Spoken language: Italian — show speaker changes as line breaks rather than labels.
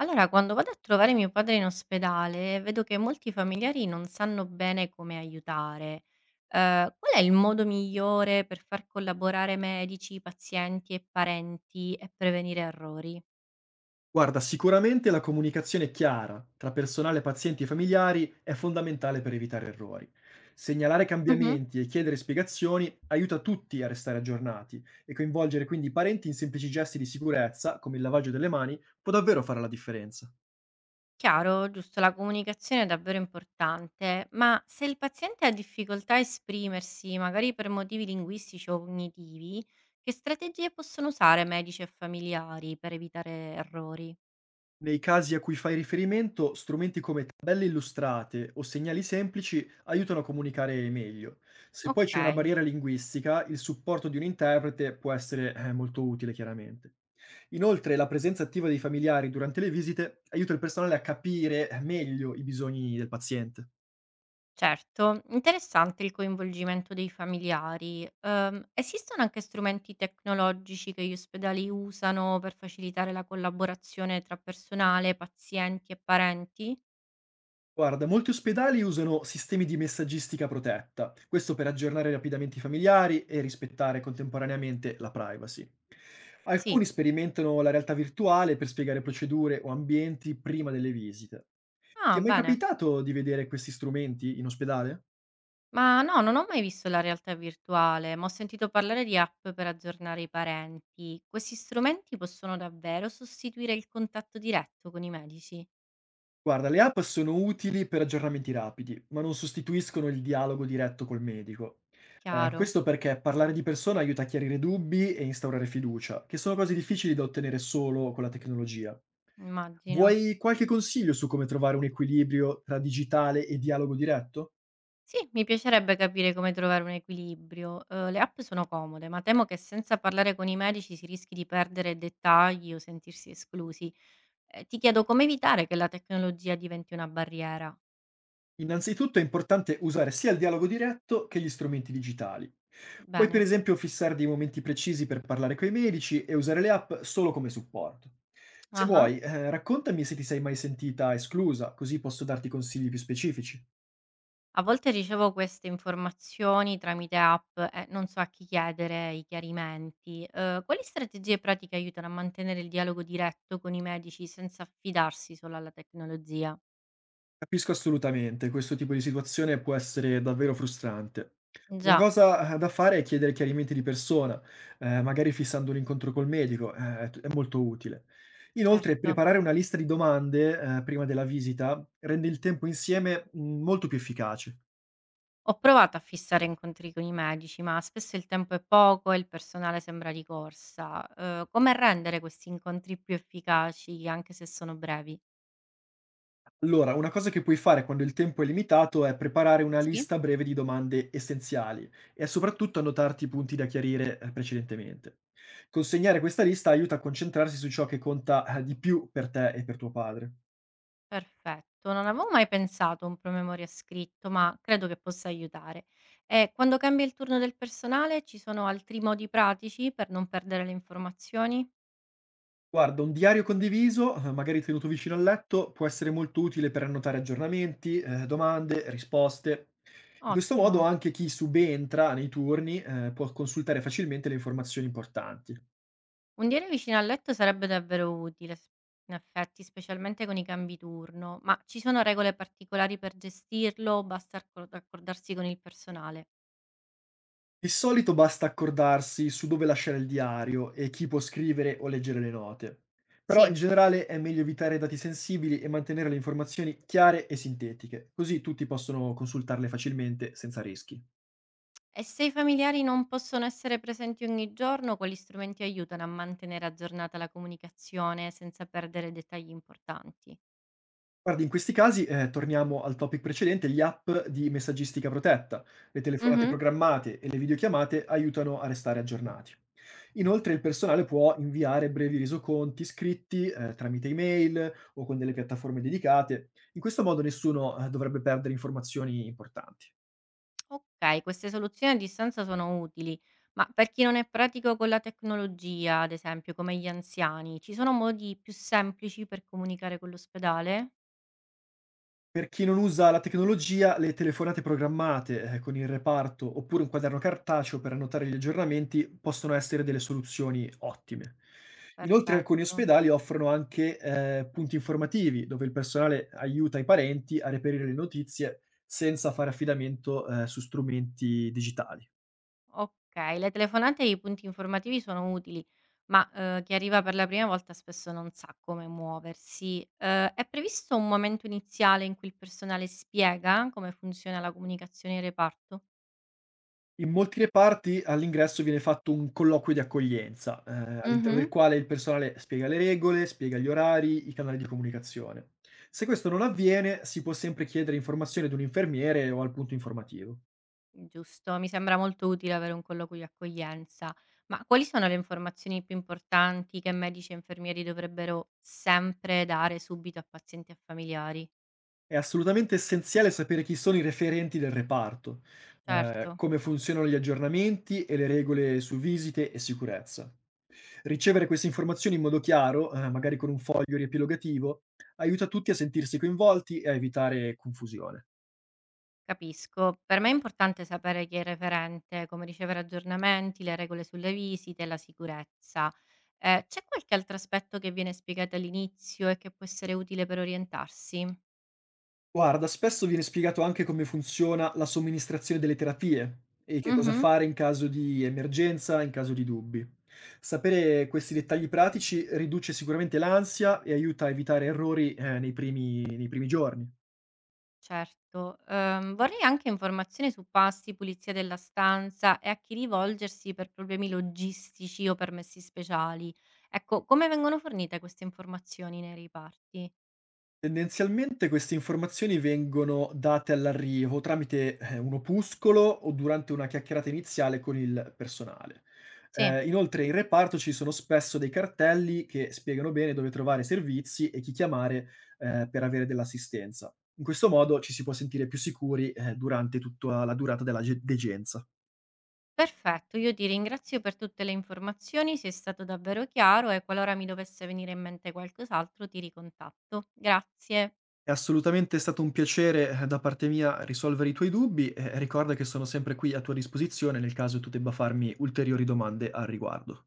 Allora, quando vado a trovare mio padre in ospedale, vedo che molti familiari non sanno bene come aiutare. Qual è il modo migliore per far collaborare medici, pazienti e parenti e prevenire errori?
Guarda, sicuramente la comunicazione chiara tra personale, pazienti e familiari è fondamentale per evitare errori. Segnalare
Mhm.
cambiamenti e chiedere spiegazioni aiuta tutti a restare aggiornati e coinvolgere quindi i parenti in semplici gesti di sicurezza, come il lavaggio delle mani, può davvero fare la differenza.
Chiaro, giusto, la comunicazione è davvero importante, ma se il paziente ha difficoltà a esprimersi, magari per motivi linguistici o cognitivi, che strategie possono usare medici e familiari per evitare errori?
Nei casi a cui fai riferimento, strumenti come tabelle illustrate o segnali semplici aiutano a comunicare meglio. Se poi c'è una
Ok.
barriera linguistica, il supporto di un interprete può essere molto utile, chiaramente. Inoltre, la presenza attiva dei familiari durante le visite aiuta il personale a capire meglio i bisogni del paziente.
Certo, interessante il coinvolgimento dei familiari. Esistono anche strumenti tecnologici che gli ospedali usano per facilitare la collaborazione tra personale, pazienti e parenti?
Guarda, molti ospedali usano sistemi di messaggistica protetta, questo per aggiornare rapidamente i familiari e rispettare contemporaneamente la privacy. Alcuni
Sì.
sperimentano la realtà virtuale per spiegare procedure o ambienti prima delle visite. Ti
Ah,
è mai
bene.
capitato di vedere questi strumenti in ospedale?
Ma no, non ho mai visto la realtà virtuale, ma ho sentito parlare di app per aggiornare i parenti. Questi strumenti possono davvero sostituire il contatto diretto con i medici?
Guarda, le app sono utili per aggiornamenti rapidi, ma non sostituiscono il dialogo diretto col medico.
Chiaro,
Questo perché parlare di persona aiuta a chiarire dubbi e instaurare fiducia, che sono cose difficili da ottenere solo con la tecnologia.
immagino.
Vuoi qualche consiglio su come trovare un equilibrio tra digitale e dialogo diretto?
Sì, mi piacerebbe capire come trovare un equilibrio. Le app sono comode, ma temo che senza parlare con i medici si rischi di perdere dettagli o sentirsi esclusi. Ti chiedo come evitare che la tecnologia diventi una barriera.
Innanzitutto è importante usare sia il dialogo diretto che gli strumenti digitali. Puoi per
Bene.
esempio fissare dei momenti precisi per parlare coi medici e usare le app solo come supporto. Se
Ah-ah.
vuoi, raccontami se ti sei mai sentita esclusa, così posso darti consigli più specifici.
A volte ricevo queste informazioni tramite app e non so a chi chiedere i chiarimenti. Quali strategie pratiche aiutano a mantenere il dialogo diretto con i medici senza affidarsi solo alla tecnologia?
Capisco assolutamente, questo tipo di situazione può essere davvero frustrante. Una
Già,
cosa, da fare è chiedere chiarimenti di persona, magari fissando un incontro col medico, è molto utile. Inoltre,
certo.
preparare una lista di domande, prima della visita rende il tempo insieme, molto più efficace.
Ho provato a fissare incontri con i medici, ma spesso il tempo è poco e il personale sembra di corsa. Come rendere questi incontri più efficaci, anche se sono brevi?
Allora, una cosa che puoi fare quando il tempo è limitato è preparare una
Sì?
lista breve di domande essenziali e soprattutto annotarti i punti da chiarire precedentemente. Consegnare questa lista aiuta a concentrarsi su ciò che conta di più per te e per tuo padre.
Perfetto, non avevo mai pensato a un promemoria scritto, ma credo che possa aiutare. E quando cambia il turno del personale, ci sono altri modi pratici per non perdere le informazioni?
Guarda, un diario condiviso, magari tenuto vicino al letto, può essere molto utile per annotare aggiornamenti, domande, risposte. In questo
Ottimo.
modo anche chi subentra nei turni può consultare facilmente le informazioni importanti.
Un diario vicino al letto sarebbe davvero utile in effetti, specialmente con i cambi turno, ma ci sono regole particolari per gestirlo o basta accordarsi con il personale?
Di solito basta accordarsi su dove lasciare il diario e chi può scrivere o leggere le note. Però in
Sì,
generale è meglio evitare dati sensibili e mantenere le informazioni chiare e sintetiche, così tutti possono consultarle facilmente senza rischi.
e se i familiari non possono essere presenti ogni giorno, quali strumenti aiutano a mantenere aggiornata la comunicazione senza perdere dettagli importanti?
Guardi, in questi casi, torniamo al topic precedente, gli app di messaggistica protetta. Le telefonate
Mhm.
programmate e le videochiamate aiutano a restare aggiornati. Inoltre il personale può inviare brevi resoconti scritti, tramite email o con delle piattaforme dedicate. In questo modo nessuno, dovrebbe perdere informazioni importanti.
Okay, queste soluzioni a distanza sono utili, ma per chi non è pratico con la tecnologia, ad esempio come gli anziani, ci sono modi più semplici per comunicare con l'ospedale?
Per chi non usa la tecnologia, le telefonate programmate, con il reparto oppure un quaderno cartaceo per annotare gli aggiornamenti possono essere delle soluzioni ottime. Inoltre alcuni
Perfetto.
ospedali offrono anche punti informativi dove il personale aiuta i parenti a reperire le notizie senza fare affidamento su strumenti digitali.
Okay, le telefonate e i punti informativi sono utili, ma, chi arriva per la prima volta spesso non sa come muoversi. È previsto un momento iniziale in cui il personale spiega come funziona la comunicazione in reparto?
In molti reparti all'ingresso viene fatto un colloquio di accoglienza, all'interno
Mh-mh.
del quale il personale spiega le regole, spiega gli orari, i canali di comunicazione. Se questo non avviene, si può sempre chiedere informazioni ad un infermiere o al punto informativo.
Giusto, mi sembra molto utile avere un colloquio di accoglienza, ma quali sono le informazioni più importanti che medici e infermieri dovrebbero sempre dare subito a pazienti e familiari?
È assolutamente essenziale sapere chi sono i referenti del reparto,
Certo,
come funzionano gli aggiornamenti e le regole su visite e sicurezza. Ricevere queste informazioni in modo chiaro, magari con un foglio riepilogativo, aiuta tutti a sentirsi coinvolti e a evitare confusione.
capisco. Per me è importante sapere chi è il referente, come ricevere aggiornamenti, le regole sulle visite, la sicurezza. C'è qualche altro aspetto che viene spiegato all'inizio e che può essere utile per orientarsi?
Guarda, spesso viene spiegato anche come funziona la somministrazione delle terapie e che cosa
Mhm.
fare in caso di emergenza, in caso di dubbi. Sapere questi dettagli pratici riduce sicuramente l'ansia e aiuta a evitare errori, nei primi giorni.
Certo, vorrei anche informazioni su pasti, pulizia della stanza e a chi rivolgersi per problemi logistici o permessi speciali. Ecco, come vengono fornite queste informazioni nei riparti?
Tendenzialmente queste informazioni vengono date all'arrivo tramite, un opuscolo o durante una chiacchierata iniziale con il personale.
Sì,
Inoltre in reparto ci sono spesso dei cartelli che spiegano bene dove trovare i servizi e chi chiamare, per avere dell'assistenza. In questo modo ci si può sentire più sicuri, durante tutta la durata della ge degenza.
perfetto, io ti ringrazio per tutte le informazioni, sei stato davvero chiaro e qualora mi dovesse venire in mente qualcos'altro ti ricontatto. Grazie.
È assolutamente stato un piacere, da parte mia risolvere i tuoi dubbi e ricorda che sono sempre qui a tua disposizione nel caso tu debba farmi ulteriori domande al riguardo.